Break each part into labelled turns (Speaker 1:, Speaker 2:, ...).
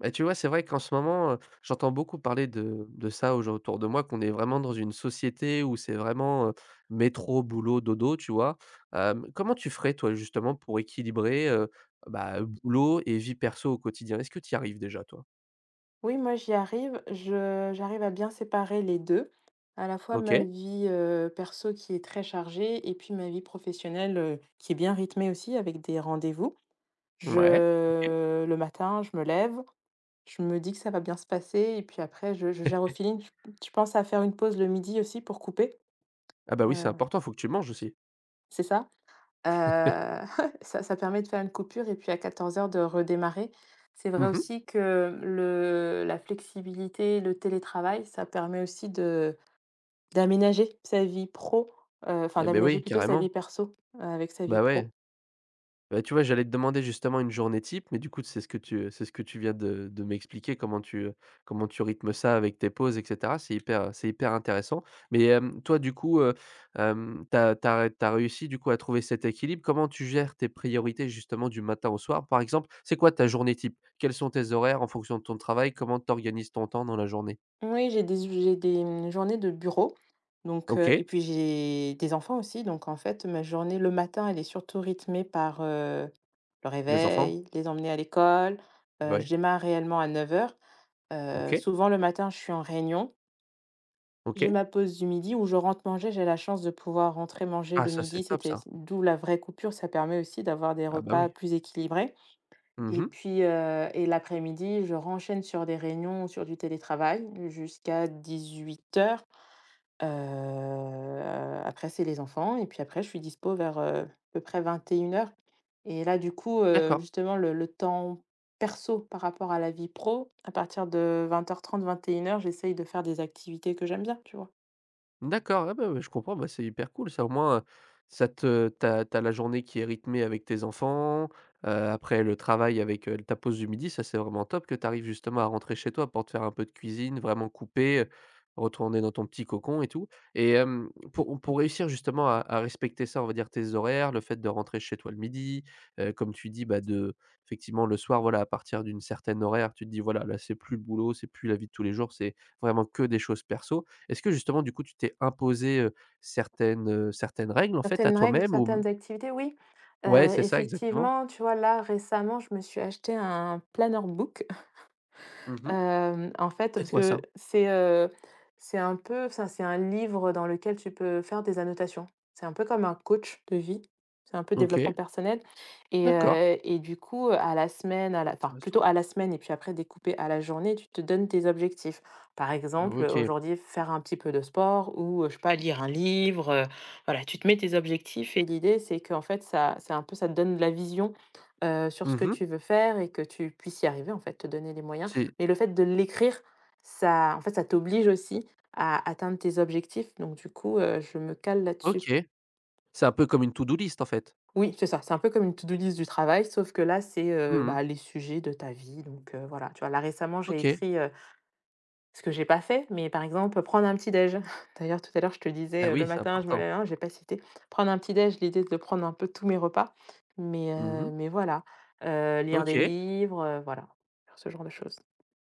Speaker 1: Bah, tu vois, c'est vrai qu'en ce moment, j'entends beaucoup parler de ça aux gens autour de moi, qu'on est vraiment dans une société où c'est vraiment, métro, boulot, dodo, tu vois? Comment tu ferais toi justement pour équilibrer, bah, boulot et vie perso au quotidien? Est-ce que tu y arrives déjà toi?
Speaker 2: Oui, moi j'y arrive. Je j'arrive à bien séparer les 2. À la fois ma
Speaker 1: OK,
Speaker 2: vie, perso qui est très chargée et puis ma vie professionnelle, qui est bien rythmée aussi avec des rendez-vous.
Speaker 1: ouais, OK.
Speaker 2: Je le matin, je me lève, je me dis que ça va bien se passer et puis après je gère au feeling. Je pense à faire une pause le midi aussi pour couper,
Speaker 1: Ah bah, oui, c'est
Speaker 2: heu,
Speaker 1: important, faut que tu manges aussi.
Speaker 2: c'est ça? Heu, ça permet de faire une coupure et puis à 14 heures de redémarrer. C'est vrai
Speaker 1: Mmh mh.
Speaker 2: aussi que le la flexibilité, le télétravail, ça permet aussi de d'aménager sa vie pro, enfin
Speaker 1: Et beh,
Speaker 2: d'aménager
Speaker 1: oui,
Speaker 2: plutôt sa
Speaker 1: carrément.
Speaker 2: vie perso, avec sa vie
Speaker 1: Bah,
Speaker 2: pro.
Speaker 1: ouais. Bah, tu vois, j'allais te demander justement une journée type, mais du coup, c'est ce que tu viens de m'expliquer, comment tu rythmes ça avec tes pauses et cetera. C'est hyper intéressant. Mais, toi, du coup, tu réussi, du coup, à trouver cet équilibre. Comment tu gères tes priorités justement du matin au soir? Par exemple, c'est quoi ta journée type? Quels sont tes horaires en fonction de ton travail? Comment t'organises ton temps dans la journée?
Speaker 2: Oui, j'ai des, journées de bureau, donc et
Speaker 1: OK,
Speaker 2: puis j'ai des enfants aussi, donc en fait, ma journée, le matin, elle est surtout rythmée par, le
Speaker 1: les enfants?
Speaker 2: réveil, les emmener à l'école, je
Speaker 1: Ouais,
Speaker 2: démarre réellement à 9 heures.
Speaker 1: OK,
Speaker 2: Souvent le matin, je suis en réunion. J'ai
Speaker 1: OK.
Speaker 2: ma pause du midi où je rentre manger. J'ai la chance de pouvoir rentrer manger
Speaker 1: Ah
Speaker 2: le
Speaker 1: ça,
Speaker 2: midi.
Speaker 1: c'est top
Speaker 2: C'était
Speaker 1: ça.
Speaker 2: d'où la vraie coupure. Ça permet aussi d'avoir des
Speaker 1: Ah bah,
Speaker 2: repas
Speaker 1: oui.
Speaker 2: plus équilibrés et
Speaker 1: Mmh.
Speaker 2: puis, et l'après-midi, je renchaîne sur des réunions, sur du télétravail jusqu'à 18:00. Après, c'est les enfants et puis après, je suis dispo vers, à peu près 21 heures. Et là, du coup,
Speaker 1: D'accord.
Speaker 2: justement, le temps perso par rapport à la vie pro, à partir de 20:30-21:00, j'essaye de faire des activités que j'aime bien, tu vois?
Speaker 1: D'accord, ah bah, ouais, je comprends, bah, c'est hyper cool ça, au moins, t'as la journée qui est rythmée avec tes enfants, après le travail avec, ta pause du midi, ça c'est vraiment top que tu arrives justement à rentrer chez toi pour te faire un peu de cuisine, vraiment couper, retourner dans ton petit cocon et tout et pour réussir justement à respecter ça, on va dire tes horaires, le fait de rentrer chez toi le midi, comme tu dis, bah, de effectivement le soir, voilà, à partir d'une certaine horaire, tu te dis: «Voilà, là c'est plus le boulot, c'est plus la vie de tous les jours, c'est vraiment que des choses perso». Est-ce que justement, du coup, tu t'es imposé, certaines règles, en fait, à
Speaker 2: Certaines règles,
Speaker 1: toi-même ou mmh,
Speaker 2: certaines activités, oui.
Speaker 1: ouais, c'est ça exactement.
Speaker 2: Effectivement, tu vois, là, récemment, je me suis acheté un planner book.
Speaker 1: Mmh.
Speaker 2: En fait,
Speaker 1: C'est
Speaker 2: parce
Speaker 1: quoi
Speaker 2: que
Speaker 1: ça?
Speaker 2: c'est un peu ça c'est un livre dans lequel tu peux faire des annotations. C'est un peu comme un coach de vie. C'est un peu
Speaker 1: OK,
Speaker 2: développement personnel
Speaker 1: d'accord,
Speaker 2: et du coup, à la semaine, à la enfin,
Speaker 1: intéressant.
Speaker 2: plutôt à la semaine et puis après découpé à la journée, tu te donnes tes objectifs. Par exemple,
Speaker 1: OK.
Speaker 2: aujourd'hui, faire un petit peu de sport ou, je sais pas, lire un livre, voilà, tu te mets tes objectifs et l'idée, c'est qu'en fait, ça c'est un peu ça te donne de la vision, sur ce que
Speaker 1: Mmh.
Speaker 2: tu veux faire et que tu puisses y arriver, en fait, te donner les moyens.
Speaker 1: C'est
Speaker 2: Mais le fait de l'écrire, ça en fait, ça t'oblige aussi à atteindre tes objectifs, donc du coup, je me cale là-dessus.
Speaker 1: OK. C'est un peu comme une to do list, en fait?
Speaker 2: Oui, c'est ça, c'est un peu comme une to-do list du travail, sauf que là, c'est,
Speaker 1: Mmh,
Speaker 2: bah, les sujets de ta vie, donc voilà, tu vois? Là, récemment, j'ai
Speaker 1: OK.
Speaker 2: écrit, ce que j'ai pas fait, mais par exemple, prendre un petit déj. D'ailleurs, tout à l'heure, je te
Speaker 1: Ah
Speaker 2: disais,
Speaker 1: oui,
Speaker 2: le
Speaker 1: c'est
Speaker 2: matin, je me
Speaker 1: important.
Speaker 2: lève hein, j'ai pas cité. Prendre un petit déj, l'idée de prendre un peu tous mes repas, mais heu,
Speaker 1: Mmh,
Speaker 2: mais voilà, lire des
Speaker 1: OK.
Speaker 2: livres, voilà, faire ce genre de choses.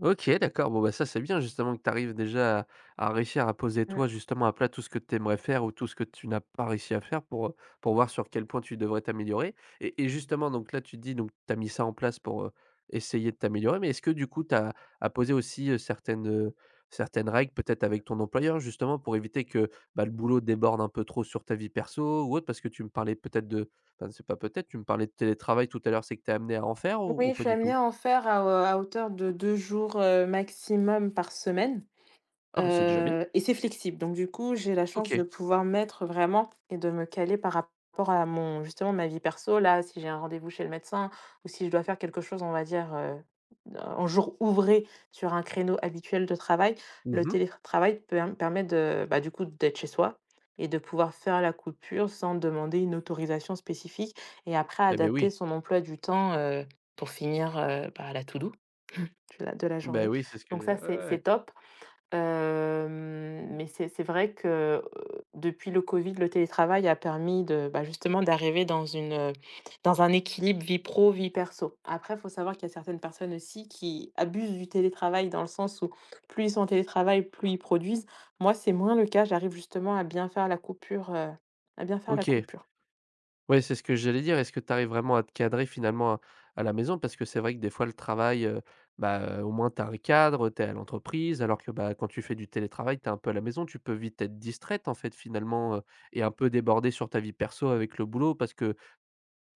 Speaker 1: OK, d'accord. Bon, bah, ça, c'est bien justement que tu arrives déjà à réussir à poser toi
Speaker 2: Mmh.
Speaker 1: justement à plat tout ce que tu aimerais faire ou tout ce que tu n'as pas réussi à faire pour voir sur quel point tu devrais t'améliorer et justement donc là, tu te dis donc tu as mis ça en place pour, essayer de t'améliorer, mais est-ce que du coup tu as posé aussi, certaines règles peut-être avec ton employeur justement pour éviter que, bah, le boulot déborde un peu trop sur ta vie perso ou autre? Parce que tu me parlais peut-être de enfin, c'est pas peut-être, tu me parlais de télétravail tout à l'heure, c'est que tu es amené à en faire ou
Speaker 2: Oui, je
Speaker 1: pas du
Speaker 2: j'aime
Speaker 1: tout?
Speaker 2: bien en faire à hauteur de 2 jours, maximum par semaine.
Speaker 1: Ah, bah, c'est déjà bien.
Speaker 2: Et c'est flexible, donc du coup, j'ai la chance de
Speaker 1: OK.
Speaker 2: pouvoir mettre vraiment et de me caler par rapport à mon justement, ma vie perso. Là, si j'ai un rendez-vous chez le médecin ou si je dois faire quelque chose, on va dire, en jour ouvré sur un créneau habituel de travail, le
Speaker 1: Mmh.
Speaker 2: télétravail peut me permettre de, bah, du coup, d'être chez soi et de pouvoir faire la coupure sans demander une autorisation spécifique et après
Speaker 1: Eh
Speaker 2: adapter son emploi du temps, pour finir, bah, la to do de la
Speaker 1: beh,
Speaker 2: journée,
Speaker 1: oui, c'est ce que
Speaker 2: donc
Speaker 1: j'ai
Speaker 2: ça,
Speaker 1: ouais,
Speaker 2: c'est
Speaker 1: ouais,
Speaker 2: c'est
Speaker 1: ouais.
Speaker 2: top. Mais c'est vrai que, heu, depuis le covid, le télétravail a permis de, bah, justement d'arriver dans une, dans un équilibre vie pro, vie perso. Après, il faut savoir qu'il y a certaines personnes aussi qui abusent du télétravail dans le sens où plus ils sont en télétravail, plus ils produisent. Moi, c'est moins le cas, j'arrive justement à bien faire la coupure, à bien faire la
Speaker 1: OK.
Speaker 2: coupure.
Speaker 1: Ouais, c'est ce que j'allais dire. Est-ce que tu arrives vraiment à te cadrer finalement à la maison? Parce que c'est vrai que des fois le travail, au moins tu as un cadre, tu es à l'entreprise, alors que, bah, quand tu fais du télétravail, tu es un peu à la maison, tu peux vite être distraite en fait finalement, et un peu débordée sur ta vie perso avec le boulot. Parce que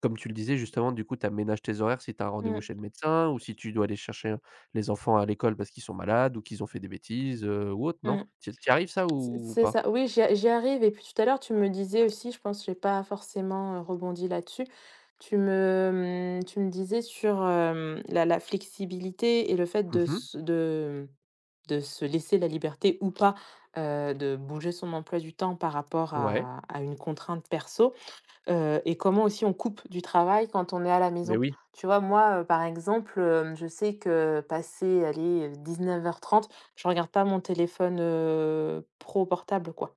Speaker 1: comme tu le disais justement, du coup, tu aménages tes horaires si tu as un rendez-vous chez le
Speaker 2: Mmh
Speaker 1: médecin ou si tu dois aller chercher les enfants à l'école parce qu'ils sont malades ou qu'ils ont fait des bêtises, ou autre, non?
Speaker 2: mh.
Speaker 1: Tu y arrives ça
Speaker 2: C'est
Speaker 1: ou
Speaker 2: c'est
Speaker 1: pas?
Speaker 2: ça, oui, j'y arrive et puis tout à l'heure, tu me disais aussi, je pense que j'ai pas forcément, rebondi là-dessus. Tu me disais sur, la flexibilité et le fait de
Speaker 1: Mmh mh.
Speaker 2: de se laisser la liberté ou pas, de bouger son emploi du temps par rapport
Speaker 1: Ouais.
Speaker 2: à une contrainte perso. Et comment aussi on coupe du travail quand on est à la
Speaker 1: Mais
Speaker 2: maison.
Speaker 1: oui.
Speaker 2: Tu vois, moi, par exemple, je sais que passé, allez, 19:30, je regarde pas mon téléphone, pro portable, quoi.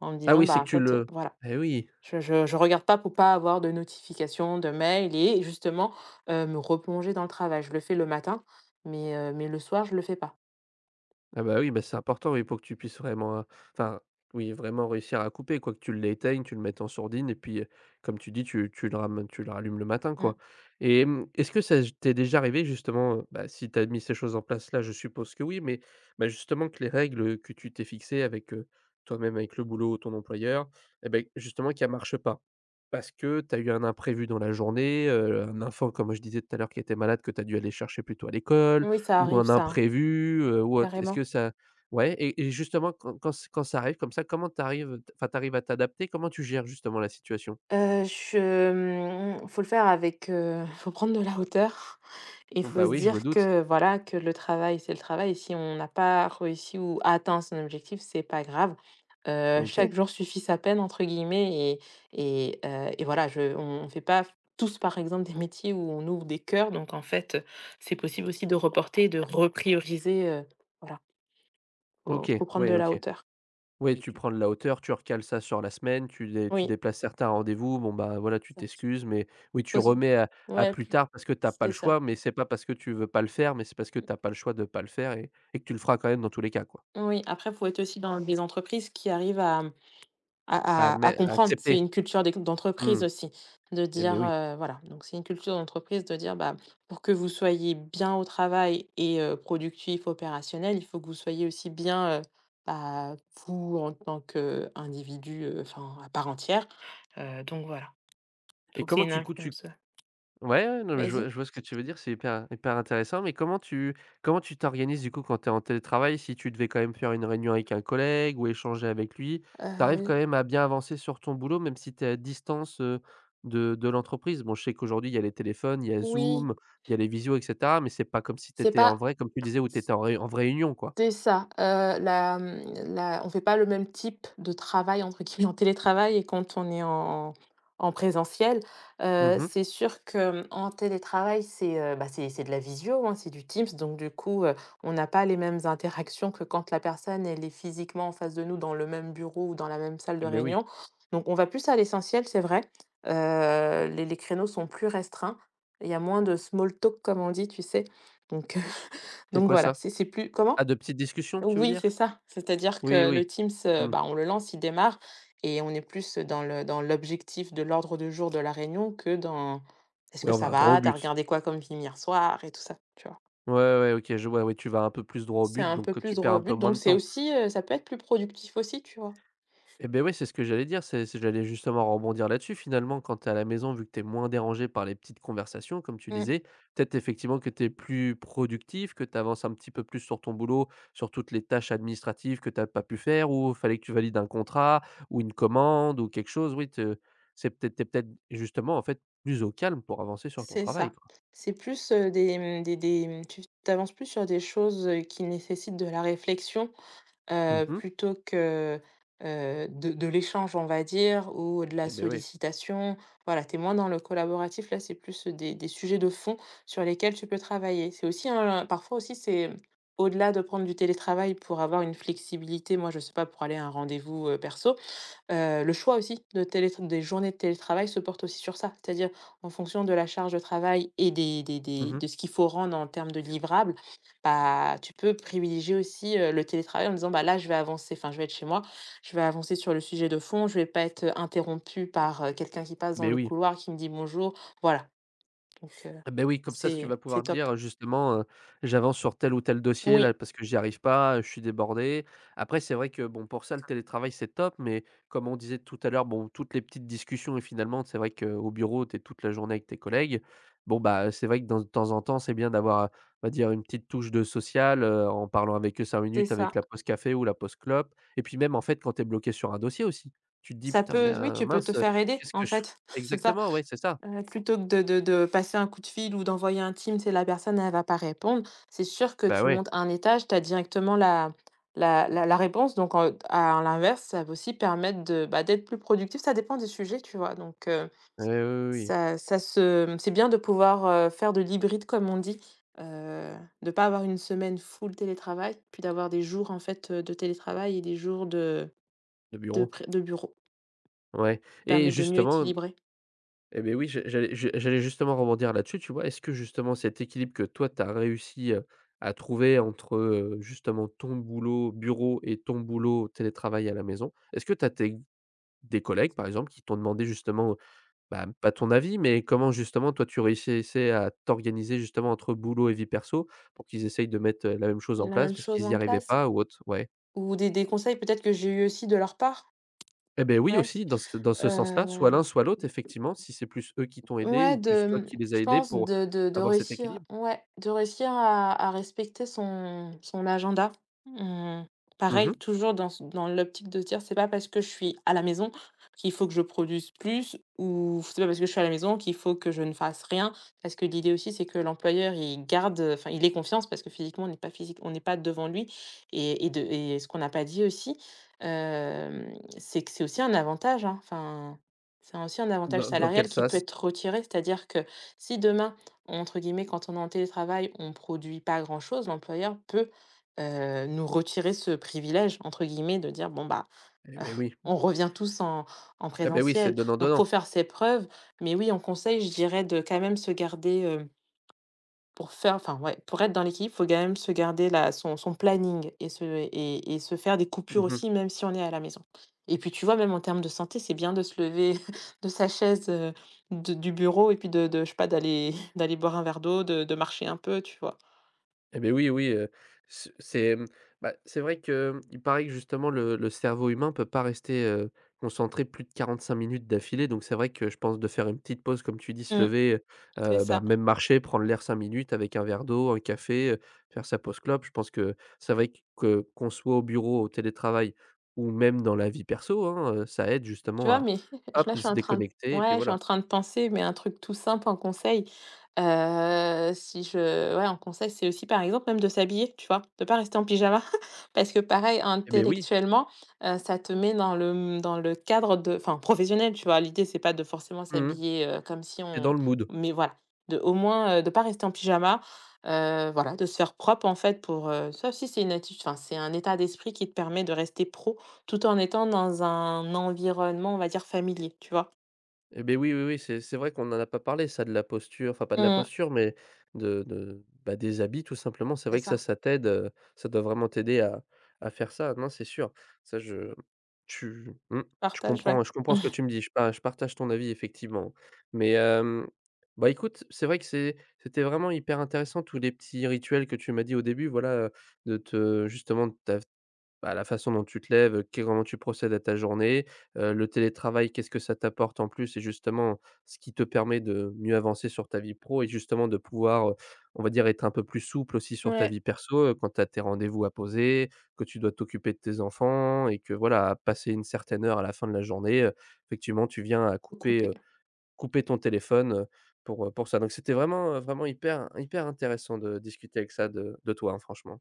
Speaker 2: En me
Speaker 1: Ah
Speaker 2: disant:
Speaker 1: oui, c'est
Speaker 2: «Bah, en
Speaker 1: que tu
Speaker 2: fait,
Speaker 1: le
Speaker 2: voilà,
Speaker 1: eh oui.
Speaker 2: je regarde pas pour pas avoir de notifications, de mails» et justement, me replonger dans le travail. Je le fais le matin, mais le soir, je le fais pas.
Speaker 1: Ah bah, oui, bah, c'est important, oui, pour que tu puisses vraiment, enfin, oui, vraiment réussir à couper, quoi, que tu l'éteignes, tu le mettes en sourdine et puis, comme tu dis, tu le rallumes le matin,
Speaker 2: Mmh.
Speaker 1: quoi et est-ce que ça t'est déjà arrivé justement, bah, si tu as mis ces choses en place là, je suppose que oui, mais, bah, justement que les règles, que tu t'es fixées avec, toi-même, avec le boulot, ton employeur et ben justement qu'elles ne marchent pas? Parce que tu as eu un imprévu dans la journée, un enfant, comme je disais tout à l'heure, qui était malade, que tu as dû aller chercher plutôt à l'école,
Speaker 2: Oui, ça
Speaker 1: ou un
Speaker 2: arrive ça, hein,
Speaker 1: imprévu, ou autre? Est-ce
Speaker 2: carrément.
Speaker 1: que ça ouais et justement quand quand c quand ça arrive comme ça, comment t'arrives, enfin t'arrives à t'adapter? Comment tu gères justement la situation?
Speaker 2: Heu, je mmh, faut le faire avec, faut prendre de la hauteur. Il faut
Speaker 1: Bah,
Speaker 2: se
Speaker 1: oui, je me
Speaker 2: dire
Speaker 1: doute.
Speaker 2: que, voilà, que le travail, c'est le travail et si on n'a pas réussi ou atteint son objectif, c'est pas grave. «Chaque
Speaker 1: OK,
Speaker 2: jour suffit sa peine» entre guillemets et voilà, je on fait pas tous, par exemple, des métiers où on ouvre des cœurs donc en fait, c'est possible aussi de reporter, de reprioriser, voilà, faut
Speaker 1: OK,
Speaker 2: faut prendre de
Speaker 1: ouais,
Speaker 2: la
Speaker 1: OK.
Speaker 2: hauteur.
Speaker 1: Ouais, tu prends de la hauteur, tu recales ça sur la semaine, tu
Speaker 2: Oui,
Speaker 1: déplaces certains rendez-vous, bon, bah, voilà, tu
Speaker 2: ça.
Speaker 1: t'excuses, mais oui, tu
Speaker 2: Faut se
Speaker 1: remets à
Speaker 2: ouais,
Speaker 1: plus
Speaker 2: plus
Speaker 1: tard parce que t'as pas
Speaker 2: c'est
Speaker 1: le
Speaker 2: ça.
Speaker 1: choix, mais c'est pas parce que tu veux pas le faire, mais c'est parce que t'as pas le choix de pas le faire et que tu le feras quand même dans tous les cas, quoi.
Speaker 2: Oui, après, il faut être aussi dans des entreprises qui arrivent à
Speaker 1: À
Speaker 2: à
Speaker 1: admet à
Speaker 2: comprendre. C'est
Speaker 1: accepter.
Speaker 2: une culture
Speaker 1: Mmh,
Speaker 2: d'entreprise aussi, de
Speaker 1: et
Speaker 2: dire,
Speaker 1: ben oui
Speaker 2: voilà, donc c'est une culture d'entreprise de dire, bah, pour que vous soyez bien au travail et productif, opérationnel, il faut que vous soyez aussi bien, bah, vous en tant qu'individu, enfin, à part entière, donc voilà. Il
Speaker 1: et
Speaker 2: faut que c'est
Speaker 1: comment
Speaker 2: une
Speaker 1: tu coup tu,
Speaker 2: influence,
Speaker 1: ouais, ouais, non, mais je vois
Speaker 2: vas-y?
Speaker 1: je vois ce que tu veux dire, c'est hyper hyper intéressant, mais comment tu t'organises, du coup, quand tu es en télétravail? Si tu devais quand même faire une réunion avec un collègue ou échanger avec lui, tu arrives quand
Speaker 2: Heu,
Speaker 1: même à bien avancer sur ton boulot, même si tu es à distance, de l'entreprise? Bon, je sais qu'aujourd'hui, il y a les téléphones, il y a
Speaker 2: oui,
Speaker 1: Zoom, il y a les visios et cetera, mais c'est pas comme si tu
Speaker 2: c'est
Speaker 1: étais en
Speaker 2: pas
Speaker 1: vrai, comme tu disais, où tu étais en vraie réunion, quoi.
Speaker 2: c'est ça, la, mmh, la on fait pas le même type de «travail» entre guillemets en télétravail et quand on est en présentiel.
Speaker 1: Mmh.
Speaker 2: C'est sûr qu'en télétravail, c'est, bah, c'est de la visio, hein, c'est du Teams donc du coup, on n'a pas les mêmes interactions que quand la personne, elle est physiquement en face de nous dans le même bureau ou dans la même salle
Speaker 1: Eh
Speaker 2: de
Speaker 1: beh, oui.
Speaker 2: réunion. Donc on va plus à l'essentiel, c'est vrai. Les créneaux sont plus restreints. Il y a moins de small talk comme on dit, tu sais? Donc
Speaker 1: C'est
Speaker 2: donc
Speaker 1: quoi
Speaker 2: voilà,
Speaker 1: ça?
Speaker 2: c'est plus comment?
Speaker 1: Ah, de petites discussions, tu veux
Speaker 2: Oui,
Speaker 1: dire?
Speaker 2: c'est ça. C'est-à-dire
Speaker 1: Oui,
Speaker 2: que le
Speaker 1: oui.
Speaker 2: Teams,
Speaker 1: Mmh.
Speaker 2: bah, on le lance, il démarre et on est plus dans le dans l'objectif de l'ordre du jour de la réunion que dans: «Est-ce
Speaker 1: Oui,
Speaker 2: que
Speaker 1: on
Speaker 2: ça
Speaker 1: va droit au
Speaker 2: va? T'as
Speaker 1: but.
Speaker 2: regardé quoi comme film hier soir?» et tout ça, tu vois?
Speaker 1: Ouais, ouais, OK, je vois, oui, tu vas un peu plus droit au
Speaker 2: C'est
Speaker 1: but,
Speaker 2: un peu
Speaker 1: donc tu
Speaker 2: plus
Speaker 1: perds
Speaker 2: droit au
Speaker 1: un peu
Speaker 2: but,
Speaker 1: moins
Speaker 2: donc
Speaker 1: de
Speaker 2: c'est
Speaker 1: temps.
Speaker 2: aussi, ça peut être plus productif aussi, tu vois?
Speaker 1: Et beh, ouais, c'est ce que j'allais dire, c'est j'allais justement rebondir là-dessus. Finalement, quand tu es à la maison, vu que tu es moins dérangé par les petites conversations, comme tu
Speaker 2: Mmh,
Speaker 1: disais, peut-être effectivement que tu es plus productif, que tu avances un petit peu plus sur ton boulot, sur toutes les tâches administratives que tu as pas pu faire ou fallait que tu valides un contrat ou une commande ou quelque chose. Oui, te c'est peut-être tu es peut-être justement, en fait, plus au calme pour avancer sur ton
Speaker 2: c'est
Speaker 1: travail,
Speaker 2: ça.
Speaker 1: quoi.
Speaker 2: C'est plus, des, mmh, tu avances plus sur des choses, qui nécessitent de la réflexion.
Speaker 1: Mmh mh.
Speaker 2: Plutôt que, de l'échange, on va dire, ou de la
Speaker 1: Et beh, oui.
Speaker 2: sollicitation. Voilà, t'es moins dans le collaboratif, là, c'est plus, des sujets de fond sur lesquels tu peux travailler. C'est aussi un parfois aussi, c'est, au-delà de prendre du télétravail pour avoir une flexibilité, moi, je sais pas, pour aller à un rendez-vous, perso, le choix aussi de télétr des journées de télétravail se porte aussi sur ça. C'est-à-dire en fonction de la charge de travail et
Speaker 1: Mmh
Speaker 2: des
Speaker 1: mh.
Speaker 2: de ce qu'il faut rendre en termes de livrables, bah, tu peux privilégier aussi, le télétravail en disant: «Bah, là, je vais avancer, enfin, je vais être chez moi, je vais avancer sur le sujet de fond, je vais pas être, interrompue par, quelqu'un qui passe dans
Speaker 1: Beh,
Speaker 2: le
Speaker 1: oui.
Speaker 2: couloir qui me dit: "Bonjour"», voilà, donc
Speaker 1: Ah Ben oui, comme ça, si tu
Speaker 2: c'est
Speaker 1: vas
Speaker 2: c'est
Speaker 1: pouvoir
Speaker 2: top.
Speaker 1: dire, justement, «J'avance sur tel ou tel dossier là
Speaker 2: Oui,
Speaker 1: parce que j'y arrive pas, je suis débordé». Après, c'est vrai que, bon, pour ça, le télétravail, c'est top, mais comme on disait tout à l'heure, bon, toutes les petites discussions et finalement, c'est vrai qu'au bureau, tu es toute la journée avec tes collègues. Bon, bah, c'est vrai que dans de temps en temps, c'est bien d'avoir, on va dire une petite touche de social, en parlant avec eux cinq
Speaker 2: c'est
Speaker 1: minutes avec
Speaker 2: ça.
Speaker 1: la pause café ou la pause clope et puis même, en fait, quand tu es bloqué sur un dossier aussi, tu te dis:
Speaker 2: Ça
Speaker 1: «Putain, mais,
Speaker 2: peut oui, tu peux te
Speaker 1: mince,
Speaker 2: faire aider,
Speaker 1: qu'est-ce que
Speaker 2: en
Speaker 1: je
Speaker 2: fait, c'est ça.
Speaker 1: exactement, ouais, c'est ça.
Speaker 2: Plutôt que de de passer un coup de fil ou d'envoyer un Teams et la personne elle va pas répondre, c'est sûr que
Speaker 1: Bah,
Speaker 2: tu
Speaker 1: ouais,
Speaker 2: montes un étage, tu as directement la réponse donc en à l'inverse, ça va aussi permettre de, bah, d'être plus productif. Ça dépend des sujets, tu vois? Donc
Speaker 1: ouais, oui, oui, oui.
Speaker 2: ça ça se c'est bien de pouvoir, faire de l'hybride comme on dit, heu, de pas avoir une semaine full télétravail, puis d'avoir des jours en fait, de télétravail et des jours de
Speaker 1: De
Speaker 2: de
Speaker 1: bureau?
Speaker 2: pré de bureau.
Speaker 1: Ouais
Speaker 2: Ça
Speaker 1: et
Speaker 2: Permet de mieux
Speaker 1: justement
Speaker 2: équilibrer.
Speaker 1: eh ben oui, je j'allais justement rebondir là-dessus, tu vois? Est-ce que justement cet équilibre que toi, tu as réussi, à trouver entre, justement ton boulot bureau et ton boulot télétravail à la maison, est-ce que tu as des collègues, par exemple, qui t'ont demandé justement, bah, pas ton avis, mais comment justement toi tu réussissais à t'organiser justement entre boulot et vie perso pour qu'ils essayent de mettre, la même chose en
Speaker 2: La
Speaker 1: place
Speaker 2: même
Speaker 1: parce
Speaker 2: chose
Speaker 1: qu'ils y
Speaker 2: en
Speaker 1: arrivaient
Speaker 2: place.
Speaker 1: pas ou autre? Ouais.
Speaker 2: Ou des conseils peut-être que j'ai eu aussi de leur part,
Speaker 1: Eh ben oui
Speaker 2: ouais.
Speaker 1: aussi, dans ce sens-là, soit
Speaker 2: Heu,
Speaker 1: l'un, soit l'autre effectivement, si c'est plus eux qui t'ont aidé
Speaker 2: ouais,
Speaker 1: ou plus toi qui les as
Speaker 2: je
Speaker 1: aidés
Speaker 2: pense
Speaker 1: pour
Speaker 2: de
Speaker 1: avoir cet
Speaker 2: réussir
Speaker 1: équilibre.
Speaker 2: ouais, de réussir à respecter son agenda. Mmh, pareil,
Speaker 1: Mmh.
Speaker 2: toujours dans ce dans l'optique de dire: «C'est pas parce que je suis à la maison qu'il faut que je produise plus» ou «C'est pas parce que je suis à la maison qu'il faut que je ne fasse rien». Parce que l'idée aussi, c'est que l'employeur, il garde, enfin, il ait confiance parce que physiquement, on n'est pas devant lui et ce qu'on n'a pas dit aussi, hem, c'est que c'est aussi un avantage, hein. Enfin c'est aussi un avantage
Speaker 1: Dans quel
Speaker 2: salarial qui peut
Speaker 1: sas?
Speaker 2: être retiré, c'est-à-dire que si demain, entre guillemets, quand on est en télétravail, on ne produit pas grand-chose, l'employeur peut nous retirer ce privilège, entre guillemets, de dire, bon, bah,
Speaker 1: Eh ben oui.
Speaker 2: on revient tous en
Speaker 1: Eh ben oui, c'est
Speaker 2: présentiel. Donc, faut
Speaker 1: donnant-donnant.
Speaker 2: faire ses preuves. Mais oui, on conseille, je dirais, de quand même se garder pour faire enfin, ouais, pour être dans l'équilibre, faut quand même se garder la son son planning et se faire des coupures
Speaker 1: Mmh.
Speaker 2: aussi, même si on est à la maison. Et puis, tu vois, même en termes de santé, c'est bien de se lever de sa chaise, de du bureau et puis de je sais pas, d'aller d'aller boire un verre d'eau, de marcher un peu, tu vois?
Speaker 1: Eh beh, oui, oui, c'est, bah, c'est vrai que il paraît que justement le cerveau humain peut pas rester, concentré plus de 45 minutes d'affilée, donc c'est vrai que je pense de faire une petite pause comme tu dis, se
Speaker 2: Mmh,
Speaker 1: lever,
Speaker 2: c'est
Speaker 1: bah,
Speaker 2: ça.
Speaker 1: même marcher, prendre l'air 5 minutes avec un verre d'eau, un café, faire sa pause clope. Je pense que c'est vrai que qu'on soit au bureau, au télétravail ou même dans la vie perso, hein, ça aide
Speaker 2: Tu
Speaker 1: justement
Speaker 2: vois?
Speaker 1: à,
Speaker 2: Mais là,
Speaker 1: hop,
Speaker 2: je suis
Speaker 1: se
Speaker 2: en train de
Speaker 1: déconnecter et puis
Speaker 2: ouais, je suis
Speaker 1: voilà.
Speaker 2: en train de penser, mais un truc tout simple en conseil, si je ouais, en conseil, c'est aussi, par exemple, même de s'habiller, tu vois? De pas rester en pyjama parce que pareil,
Speaker 1: Eh beh, oui,
Speaker 2: intellectuellement, ça te met dans le cadre de enfin, professionnel, tu vois? L'idée, c'est pas de forcément
Speaker 1: mmh
Speaker 2: s'habiller, comme si
Speaker 1: mh, dans
Speaker 2: on
Speaker 1: le mood.
Speaker 2: mais voilà, de au moins, de pas rester en pyjama, voilà, de se faire propre, en fait, pour, ça aussi, c'est une attitude enfin, c'est un état d'esprit qui te permet de rester pro. Tout en étant dans un environnement, on va dire, familier, tu vois?
Speaker 1: Eh beh, oui, oui, oui, c'est vrai qu'on en a pas parlé ça de la posture, enfin pas de la
Speaker 2: Mmh.
Speaker 1: posture, mais de, bah, des habits tout simplement. C'est
Speaker 2: C'est
Speaker 1: vrai que
Speaker 2: ça.
Speaker 1: ça t'aide, ça doit vraiment t'aider à faire ça. Non, c'est sûr. Ça je tu mmh, je
Speaker 2: Partage, ouais.
Speaker 1: comprends je comprends ce que tu me dis. Je partage ton avis effectivement. Mais, bah, écoute, c'est vrai que c'était vraiment hyper intéressant tous les petits rituels que tu m'as dit au début, voilà, de te justement de ta bah, la façon dont tu te lèves, comment tu procèdes à ta journée, le télétravail, qu'est-ce que ça t'apporte en plus? Et justement, ce qui te permet de mieux avancer sur ta vie pro et justement de pouvoir, on va dire, être un peu plus souple aussi sur ta
Speaker 2: Ouais,
Speaker 1: vie perso, quand tu as tes rendez-vous à poser, que tu dois t'occuper de tes enfants et que voilà, à passer une certaine heure à la fin de la journée, effectivement, tu viens à
Speaker 2: faut
Speaker 1: couper,
Speaker 2: couper.
Speaker 1: couper ton téléphone, pour ça. Donc c'était vraiment hyper hyper intéressant de discuter avec ça de toi, hein, franchement.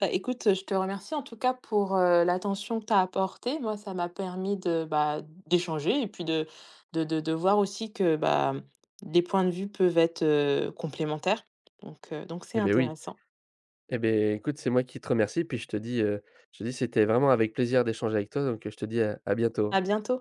Speaker 2: Bah, écoute, je te remercie en tout cas pour, l'attention que tu as apportée. Moi, ça m'a permis de, bah, d'échanger et puis de voir aussi que, bah, les points de vue peuvent être, complémentaires. Donc c'est
Speaker 1: Eh beh, oui.
Speaker 2: intéressant.
Speaker 1: Eh beh, écoute, c'est moi qui te remercie, puis je te dis, c'était vraiment avec plaisir d'échanger avec toi, donc, je te dis à bientôt.
Speaker 2: À bientôt.